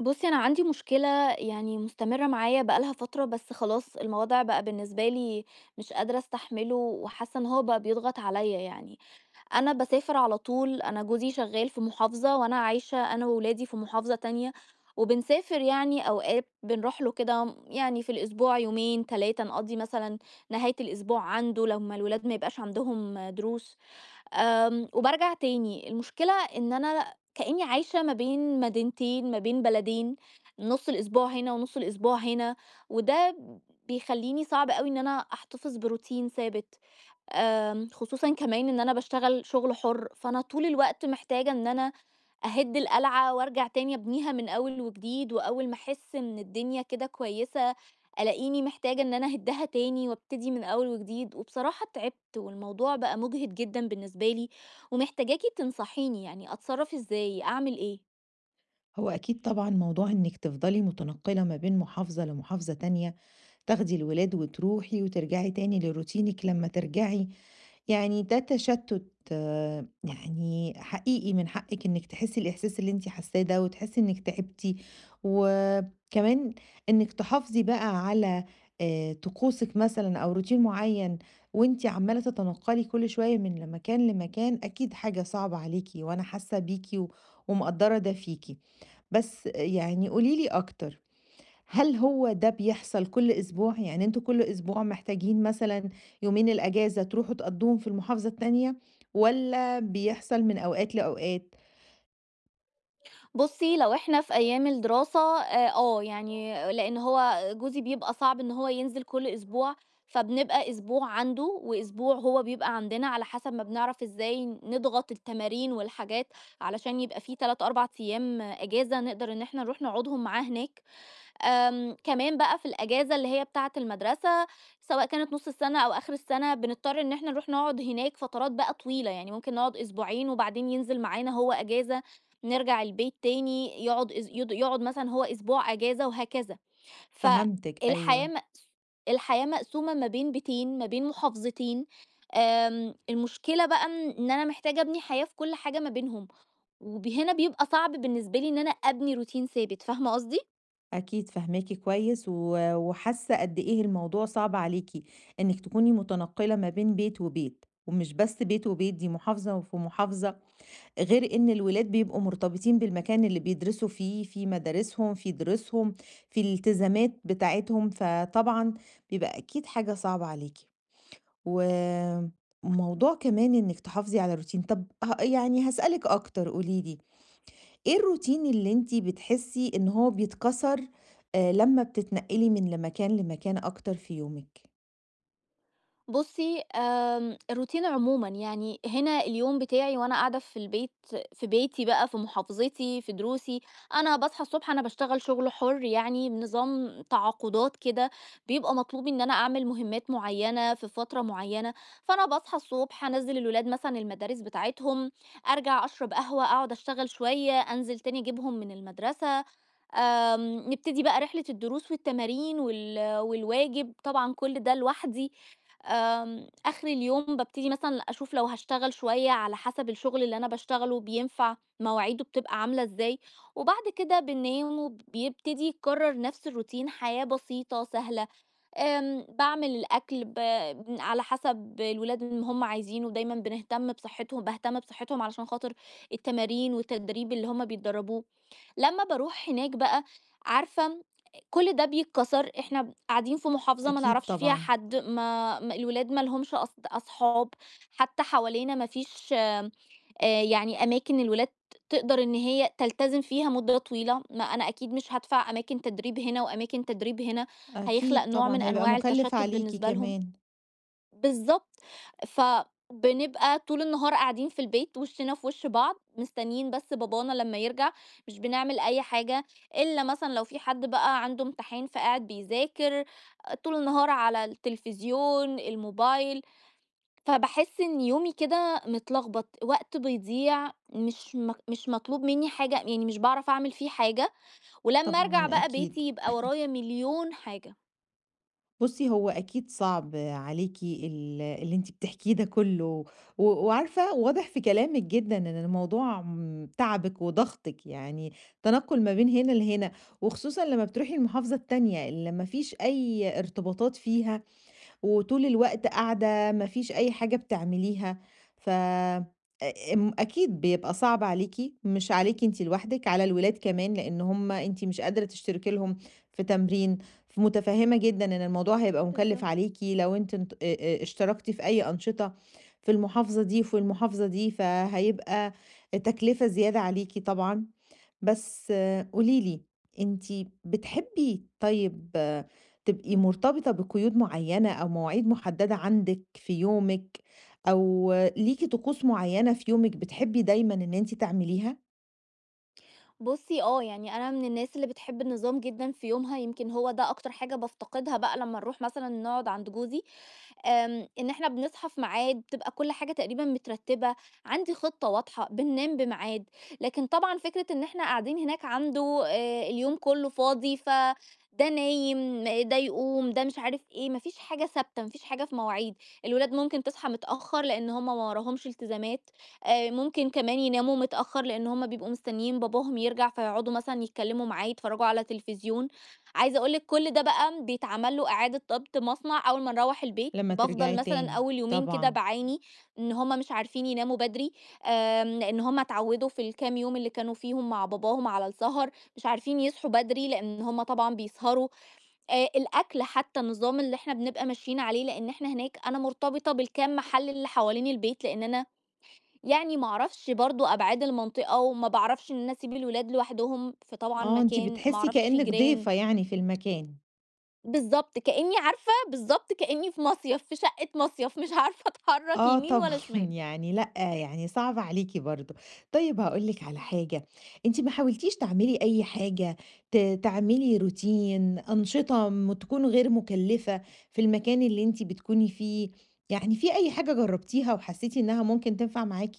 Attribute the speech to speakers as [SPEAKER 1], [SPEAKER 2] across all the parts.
[SPEAKER 1] بُصّي، أنا عندي مشكلة مستمرة معايا بقى لها فترة، بس خلاص الموضوع بقى بالنسبة لي مش قادرة أستحمله، وحاسة إن هو بقى بيضغط عليَّ. أنا باسافر على طول، أنا جوزي شغال في محافظة، وأنا عايشة أنا وولادي في محافظة تانية، وبنسافر يعني أوقات بنروح له كده يعني في الأسبوع يومين، 3 نقضّي مثلًا نهاية الأسبوع عنده لمّا الولاد ما يبقاش عندهم دروس. وبارجع تاني، المشكلة إن أنا كإني عايشة ما بين مدينتين، ما بين بلدين، نُص الأسبوع هنا ونُص الأسبوع هنا، وده بيخلّيني صعب أوي إن أنا أحتفظ بروتين ثابت، خصوصًا كمان إن أنا باشتغل شغل حُر، فأنا طول الوقت محتاجة إن أنا أهِدّ القلعة وأرجع تاني أبنيها من أول وجديد، وأول ما أحس إن الدنيا كده كويسة، ألاقيني محتاجة إن أنا أهِدّها تاني وأبتدي من أول وجديد، وبصراحة تعبت والموضوع بقى مُجهِد جدًا بالنسبة لي، ومحتاجاكِ تنصحيني يعني أتصرّف إزاي، أعمل إيه؟
[SPEAKER 2] هو أكيد طبعًا موضوع إنِّك تفضلي متنقّلة ما بين محافظة لمحافظة تانية، تاخدي الولاد وتروحي وترجعي تاني لروتينِك لمّا ترجعي، يعني ده تشتُّت آه، يعني حقيقي من حقِّك إنِّك تحسّي الإحساس اللي أنتِ حاسّاه ده وتحسّي إنِّك تعبتِ، وكمان إنِّك تحافظي بقى على طقوسِك مثلًا أو روتين معيّن وأنتِ عمّالة تتنقّلي كل شوية من مكان لمكان، أكيد حاجة صعبة عليكِ وأنا حاسّة بيكِ و ومقدّرة ده فيكِ. بس يعني قولي لي أكتر، هل هو ده بيحصل كل أسبوع؟ يعني أنتم كل أسبوع محتاجين مثلًا يومين الأجازة تروحوا تقضّوهم في المحافظة التانية والّا بيحصل من أوقات لأوقات؟
[SPEAKER 1] بُصّي، لو إحنا في أيام الدراسة يعني لإن هو جوزي بيبقى صعب إن هو ينزل كل أسبوع، فبنبقى أسبوع عنده وأسبوع هو بيبقى عندنا، على حسب ما بنعرف إزاي نضغط التمارين والحاجات علشان يبقى في 3، 4 أيام إجازة نقدر إن إحنا نروح نقعدهم معاه هناك. كمان بقى في الأجازة اللي هي بتاعة المدرسة، سواء كانت نُص السنة أو آخر السنة، بنضطر إن إحنا نروح نقعد هناك فترات بقى طويلة، يعني ممكن نقعد أسبوعين وبعدين ينزل معانا هو أجازة، نرجع البيت تاني يقعد أس يد يقعد مثلًا هو أسبوع أجازة وهكذا.
[SPEAKER 2] فهمتِك
[SPEAKER 1] فالحياة
[SPEAKER 2] أيوه،
[SPEAKER 1] مقس الحياة مقسومة ما بين بيتين، ما بين محافظتين، المشكلة بقى إن أنا محتاجة أبني حياة في كل حاجة ما بينهم، هنا بيبقى صعب بالنسبة لي إن أنا أبني روتين ثابت، فاهمة قصدي؟
[SPEAKER 2] أكيد فاهماكِ كويس و وحاسة قد إيه الموضوع صعب عليكِ، إنِّك تكوني متنقّلة ما بين بيت وبيت، ومش بس بيت وبيت، دي محافظة وفي محافظة، غير إن الولاد بيبقوا مرتبطين بالمكان اللي بيدرسوا فيه، في مدارسهم، في دروسهم، في الالتزامات بتاعتهم، فطبعًا بيبقى أكيد حاجة صعبة عليكِ. وموضوع كمان إنِّك تحافظي على روتين، طب ه يعني هاسألِك أكتر قولي لي، إيه الروتين اللي أنتِ بتحسي إن هو بيتكسر لمّا بتتنقلي لمكان لمكان أكتر في يومِك؟
[SPEAKER 1] بُصّي، الروتين عمومًا، يعني هنا اليوم بتاعي وأنا قاعدة في البيت في بيتي بقى، في محافظتي، في دروسي، أنا باصحى الصبح أنا باشتغل شغل حُر يعني بنظام تعاقدات كده، بيبقى مطلوب إن أنا أعمل مهمات معيّنة في فترة معيّنة، فأنا باصحى الصبح أنزّل الولاد مثلًا المدارس بتاعتهم، أرجع أشرب قهوة، أقعد أشتغل شوية، أنزل تاني أجيبهم من المدرسة، نبتدي بقى رحلة الدروس والتمارين والواجب، طبعًا كل ده لوحدي. آخر اليوم بابتدي مثلًا أشوف لو هاشتغل شوية على حسب الشغل اللي أنا باشتغله بينفع، مواعيده بتبقى عاملة إزاي، وبعد كده بننام وبيبتدي يتكرر نفس الروتين حياة بسيطة سهلة، باعمل الأكل على حسب الولاد اللي هُم عايزينه، دايمًا بنهتم بصحتهم باهتم بصحتهم علشان خاطر التمارين والتدريب اللي هُم بيتدربوه. لمّا باروح هناك بقى، عارفة كل ده بيتكسر، إحنا قاعدين في محافظة ما
[SPEAKER 2] أكيد
[SPEAKER 1] نعرفش فيها
[SPEAKER 2] طبعًا،
[SPEAKER 1] حد، ما ما الولاد ما لهمش أصحاب، حتى حوالينا ما فيش يعني أماكن الولاد تقدر إن هي تلتزم فيها مدة طويلة، ما أنا أكيد مش هادفع أماكن تدريب هنا وأماكن تدريب هنا، هيخلق
[SPEAKER 2] أكيد
[SPEAKER 1] نوع من
[SPEAKER 2] طبعًا، هيبقى
[SPEAKER 1] أنواع
[SPEAKER 2] مُكلِّف
[SPEAKER 1] التشتُّت
[SPEAKER 2] عليكِ
[SPEAKER 1] بالنسبة لهم.
[SPEAKER 2] كمان،
[SPEAKER 1] بالضبط. فبنبقى طول النهار قاعدين في البيت وشِّنا في وِش بعض، مستنيين بس بابانا لمّا يرجع، مش بنعمل أي حاجة إلا مثلًا لو في حد بقى عنده امتحان فقاعد بيذاكر، طول النهار على التلفزيون، الموبايل، فباحس إن يومي كده متلخبط، وقت بيضيع مش مطلوب منّي حاجة، يعني مش باعرف أعمل فيه حاجة، ولمّا أرجع
[SPEAKER 2] طبعًا
[SPEAKER 1] بقى بيتي
[SPEAKER 2] أكيد.
[SPEAKER 1] يبقى ورايا مليون حاجة.
[SPEAKER 2] بُصّي، هو أكيد صعب عليكِ اللي أنتِ بتحكيه ده كله، و وعارفة واضح في كلامِك جدًا إن الموضوع تعبِك وضغطِك، يعني تنقُّل ما بين هنا لهنا، وخصوصًا لمّا بتروحي المحافظة التانية اللي ما فيش أي ارتباطات فيها وطول الوقت قاعدة ما فيش أي حاجة بتعمليها ف أكيد بيبقى صعب عليكي، مش عليكي أنت لوحدك، على الولاد كمان، لأن هم أنت مش قادرة تشتركي لهم في تمرين، فمتفهمة جدا إن الموضوع هيبقى مكلف
[SPEAKER 1] بالضبط.
[SPEAKER 2] عليكي لو أنت اشتركتي في أي أنشطة في المحافظة دي وفي المحافظة دي، فهيبقى تكلفة زيادة عليكي طبعا. بس قولي لي، أنتِ بتحبي، طيب آه، تبقي مرتبطة بقيود معينة أو مواعيد محددة عندِك في يومِك، أو ليكِ طقوس معينة في يومِك بتحبي دايمًا إن أنتِ تعمليها؟
[SPEAKER 1] بُصّي آه، يعني أنا من الناس اللي بتحب النظام جدًا في يومها، يمكن هو ده أكتر حاجة بافتقدها بقى لمّا نروح مثلًا نقعد عند جوزي، إن إحنا بنصحى في ميعاد، بتبقى كل حاجة تقريبًا مترتبة، عندي خطة واضحة، بننام بميعاد. لكن طبعًا فكرة إن إحنا قاعدين هناك عنده اليوم كله فاضي، فده نايم، ده يقوم، ده مش عارف إيه، ما فيش حاجة ثابتة، ما فيش حاجة في مواعيد. الولاد ممكن تصحى متأخر لإن هم ما وراهمش التزامات، ممكن كمان يناموا متأخر لإن هم بيبقوا مستنيين باباهم يرجع، فيقعدوا مثلًا يتكلموا معاه، يتفرجوا على تلفزيون. عايزة أقول لِك كل ده بقى بيتعمل له إعادة ضبط مصنع أول ما نروّح البيت،
[SPEAKER 2] لمّا
[SPEAKER 1] بافضل
[SPEAKER 2] ترجعي
[SPEAKER 1] مثلًا
[SPEAKER 2] تاني.
[SPEAKER 1] أول يومين كده
[SPEAKER 2] طبعًا.
[SPEAKER 1] باعاني إن هُم مش عارفين يناموا بدري، لإن هُم اتعودوا في الكام يوم اللي كانوا فيهم مع باباهم على السهر، مش عارفين يصحوا بدري لإن هُم طبعًا بيسهروا، الأكل حتى النظام اللي إحنا بنبقى ماشيين عليه، لإن إحنا هناك أنا مرتبطة بالكام محل اللي حوالين البيت، لإن أنا يعني ما أعرفش برضه أبعاد المنطقة، وما باعرفش إن أنا أسيب الولاد لوحدهم في طبعًا
[SPEAKER 2] آه، أنتِ
[SPEAKER 1] مكان ما
[SPEAKER 2] بتحسي
[SPEAKER 1] أعرفش فيه
[SPEAKER 2] كأنِك
[SPEAKER 1] جيران.
[SPEAKER 2] ضيفة يعني في المكان.
[SPEAKER 1] بالضبط، كإنّي عارفة بالضبط كإنّي في مصيف، في شقة مصيف، مش عارفة أتحرّك
[SPEAKER 2] آه
[SPEAKER 1] يمين
[SPEAKER 2] طبعًا،
[SPEAKER 1] ولا شمال.
[SPEAKER 2] يعني لأ، يعني صعب عليكِ برضه. طيب هاقول لِك على حاجة، أنتِ ما حاولتيش تعملي أي حاجة ت تعملي روتين، أنشطة تكون غير مكلفة في المكان اللي أنتِ بتكوني فيه، يعني في أي حاجة جربتيها وحسيتِ إنها ممكن تنفع معاكِ؟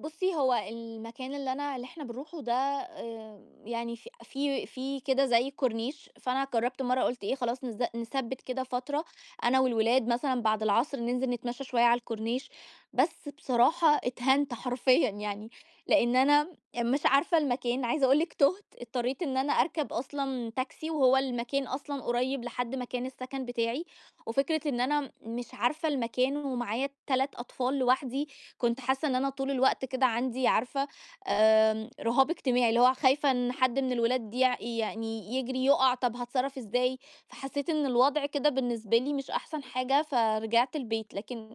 [SPEAKER 1] بُصّي، هو المكان اللي إحنا بنروحه ده يعني ف في في كده زي كورنيش، فأنا جرّبت مرّة قُلت إيه خلاص نثبِّت كده فترة أنا والولاد مثلًا بعد العصر ننزل نتمشى شوية على الكورنيش، بس بصراحة اتهنت حرفيًا يعني، لإن أنا مش عارفة المكان، عايزة أقول لِك تُهت، اضطريت إن أنا أركب أصلًا تاكسي وهو المكان أصلًا قريب لحد مكان السكن بتاعي، وفكرة إن أنا مش عارفة المكان ومعايا 3 أطفال لوحدي، كنت حاسة إن أنا طول الوقت كده عندي عارفة رهاب اجتماعي، اللي هو خايفة إن حد من الولاد يعني يجري يُقع، طب هاتصرّف إزاي؟ فحسيت إن الوضع كده بالنسبة لي مش أحسن حاجة، فرجعت البيت، لكن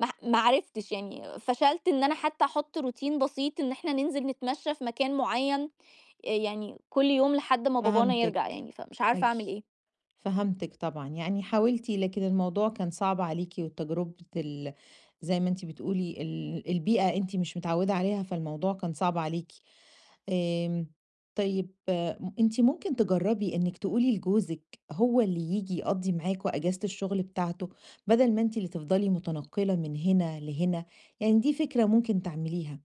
[SPEAKER 1] ما عرفتش يعني فشلت إن أنا حتى أحط روتين بسيط إن إحنا ننزل نتمشى في مكان معيّن، يعني كل يوم لحد ما بابانا يرجع
[SPEAKER 2] فهمتِك.
[SPEAKER 1] يعني، فمش عارفة أعمل
[SPEAKER 2] أكي
[SPEAKER 1] إيه.
[SPEAKER 2] فهمتِك طبعًا، يعني حاولتِ لكن الموضوع كان صعب عليكِ وتجربة زي ما أنتِ بتقولي البيئة أنتِ مش متعودة عليها، فالموضوع كان صعب عليكِ. آمم، طيب أنتِ ممكن تجرّبي إنِّك تقولي لجوزِك هو اللي ييجي يقضّي معاكم أجازة الشغل بتاعته، بدل ما أنتِ اللي تفضلي متنقّلة من هنا لهنا، يعني دي فكرة ممكن تعمليها.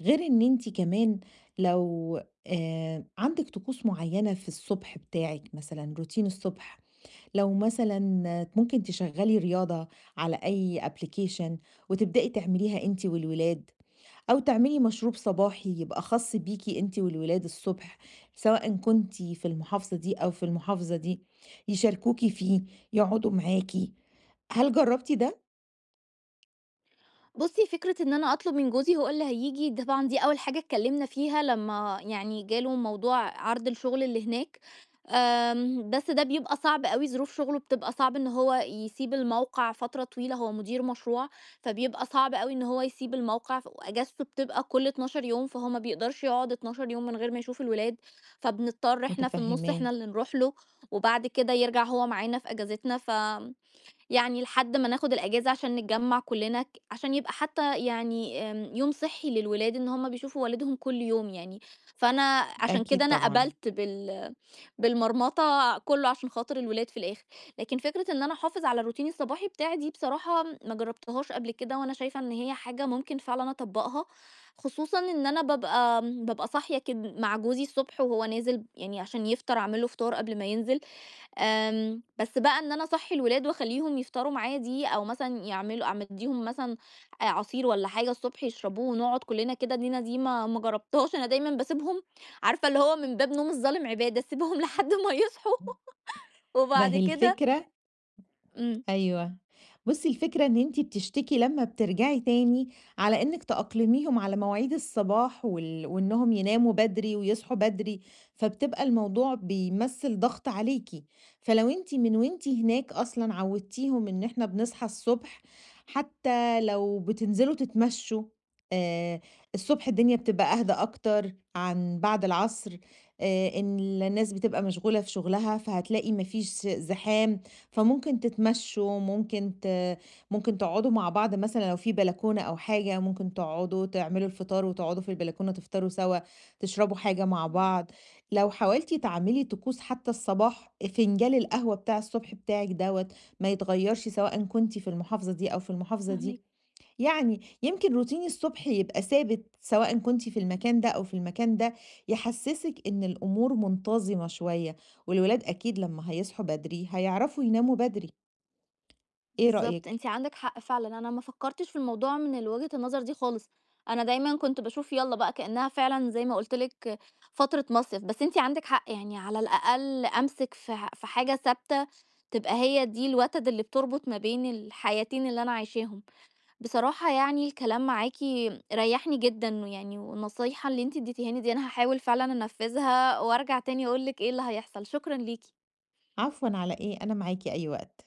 [SPEAKER 2] غير إن أنتِ كمان لو عندِك طقوس معيّنة في الصبح بتاعِك مثلًا، روتين الصبح، لو مثلًا آه، ممكن تشغّلي رياضة على أي application وتبدئي تعمليها أنتِ والولاد. أو تعملي مشروب صباحي يبقى خاص بيكِ أنتِ والولاد الصبح، سواءً كنتِ في المحافظة دي أو في المحافظة دي، يشاركوكِ فيه، يقعدوا معاكِ. هل جرّبتِ ده؟
[SPEAKER 1] بُصّي، فكرة إن أنا أطلب من جوزي هو اللي هييجي، ده طبعًا دي أول حاجة اتكلمنا فيها لمّا يعني جاله موضوع عرض الشغل اللي هناك، بس ده بيبقى صعب أوي، ظروف شغله بتبقى صعب إن هو يسيب الموقع فترة طويلة، هو مدير مشروع، فبيبقى صعب أوي إن هو يسيب الموقع، وأجازته بتبقى كل 12 يوم، فهو ما بيقدرش يقعد 12 يوم من غير ما يشوف الولاد، فبنضطر إحنا في النُص إحنا
[SPEAKER 2] متفهّماه،
[SPEAKER 1] اللي نروح له، وبعد كده يرجع هو معانا في أجازتنا. يعني لحد ما ناخد الأجازة عشان نتجمّع كلّنا عشان يبقى حتى يعني يوم صحّي للولاد إن هُم بيشوفوا والدهم كل يوم يعني، فأنا عشان كده
[SPEAKER 2] أكيد
[SPEAKER 1] أنا
[SPEAKER 2] طبعًا.
[SPEAKER 1] قبلت بالمرمطة كلّه عشان خاطر الولاد في الآخر، لكن فكرة إن أنا أحافظ على الروتين الصباحي بتاعي دي بصراحة ما جرّبتهاش قبل كده، وأنا شايفة إن هي حاجة ممكن فعلًا أطبّقها، خصوصًا إن أنا بابقى صاحية كد مع جوزي الصبح وهو نازل يعني عشان يفطر أعمل له فطار قبل ما ينزل، بس بقى إن أنا أصحّي الولاد وأخلّيهم يفطروا معايا دي، أو مثلًا يعملوا أعم أدّيهم مثلًا عصير والّا حاجة الصبح يشربوه ونقعد كلّنا كده، دي ما ما جرّبتهاش، أنا دايمًا باسيبهم عارفة اللي هو من باب نوم الظالم عبادة، أسيبهم لحد ما يصحوا
[SPEAKER 2] ما
[SPEAKER 1] وبعد
[SPEAKER 2] هي
[SPEAKER 1] كده
[SPEAKER 2] الفكرة،
[SPEAKER 1] إمم،
[SPEAKER 2] أيوه. بُصّي، الفكرة إن أنتِ بتشتكي لمّا بترجعي تاني على إنِّك تأقلميهم على مواعيد الصباح وال وإنّهم يناموا بدري ويصحوا بدري، فبتبقى الموضوع بيمثّل ضغط عليكِ. فلو أنتِ من وأنتِ هناك أصلًا عوّدتيهم إن إحنا بنصحى الصبح، حتّى لو بتنزلوا تتمشّوا آآ الصبح الدنيا بتبقى أهدى أكتر عن بعد العصر، إن الناس بتبقى مشغولة في شغلها، فهتلاقي ما فيش زحام، فممكن تتمشوا، ممكن تقعدوا مع بعض مثلًا لو في بلكونة أو حاجة، ممكن تقعدوا تعملوا الفطار وتقعدوا في البلكونة تفطروا سوا، تشربوا حاجة مع
[SPEAKER 1] إمم.
[SPEAKER 2] بعض. لو حاولتِ تعملي طقوس حتى الصباح، فنجان القهوة بتاع الصبح بتاعِك دوّة ما يتغيّرش سواء كنتِ في المحافظة دي أو في المحافظة
[SPEAKER 1] فاهماكِ.
[SPEAKER 2] دي. يعني يمكن روتيني الصبح يبقى ثابت سواء كنتِ في المكان ده أو في المكان ده، يحسسِك إن الأمور منتظمة شوية، والولاد أكيد لما هيصحوا بدري هيعرفوا يناموا بدري، إيه
[SPEAKER 1] بالضبط،
[SPEAKER 2] رأيك؟
[SPEAKER 1] أنتِ عندِك حق فعلًا، أنا ما فكّرتش في الموضوع من وجهة النظر دي خالص، أنا دايمًا كنت باشوف يالّا بقى كإنها فعلًا زي ما قُلت لِك فترة مصيف، بس أنتِ عندِك حق يعني على الأقل أمسك في حاجة ثابتة تبقى هي دي الوتد اللي بتربط ما بين الحياتين اللي أنا عايشاهم. بصراحة يعني الكلام معاكِ ريّحني جدًا ويعني والنصيحة اللي أنتِ ادّيتيهاني دي أنا هاحاول فعلًا أنفّذها وأرجع تاني أقول لِك إيه اللي هيحصل، شكرًا ليكِ.
[SPEAKER 2] عفوًا على إيه، أنا معاكِ أي وقت.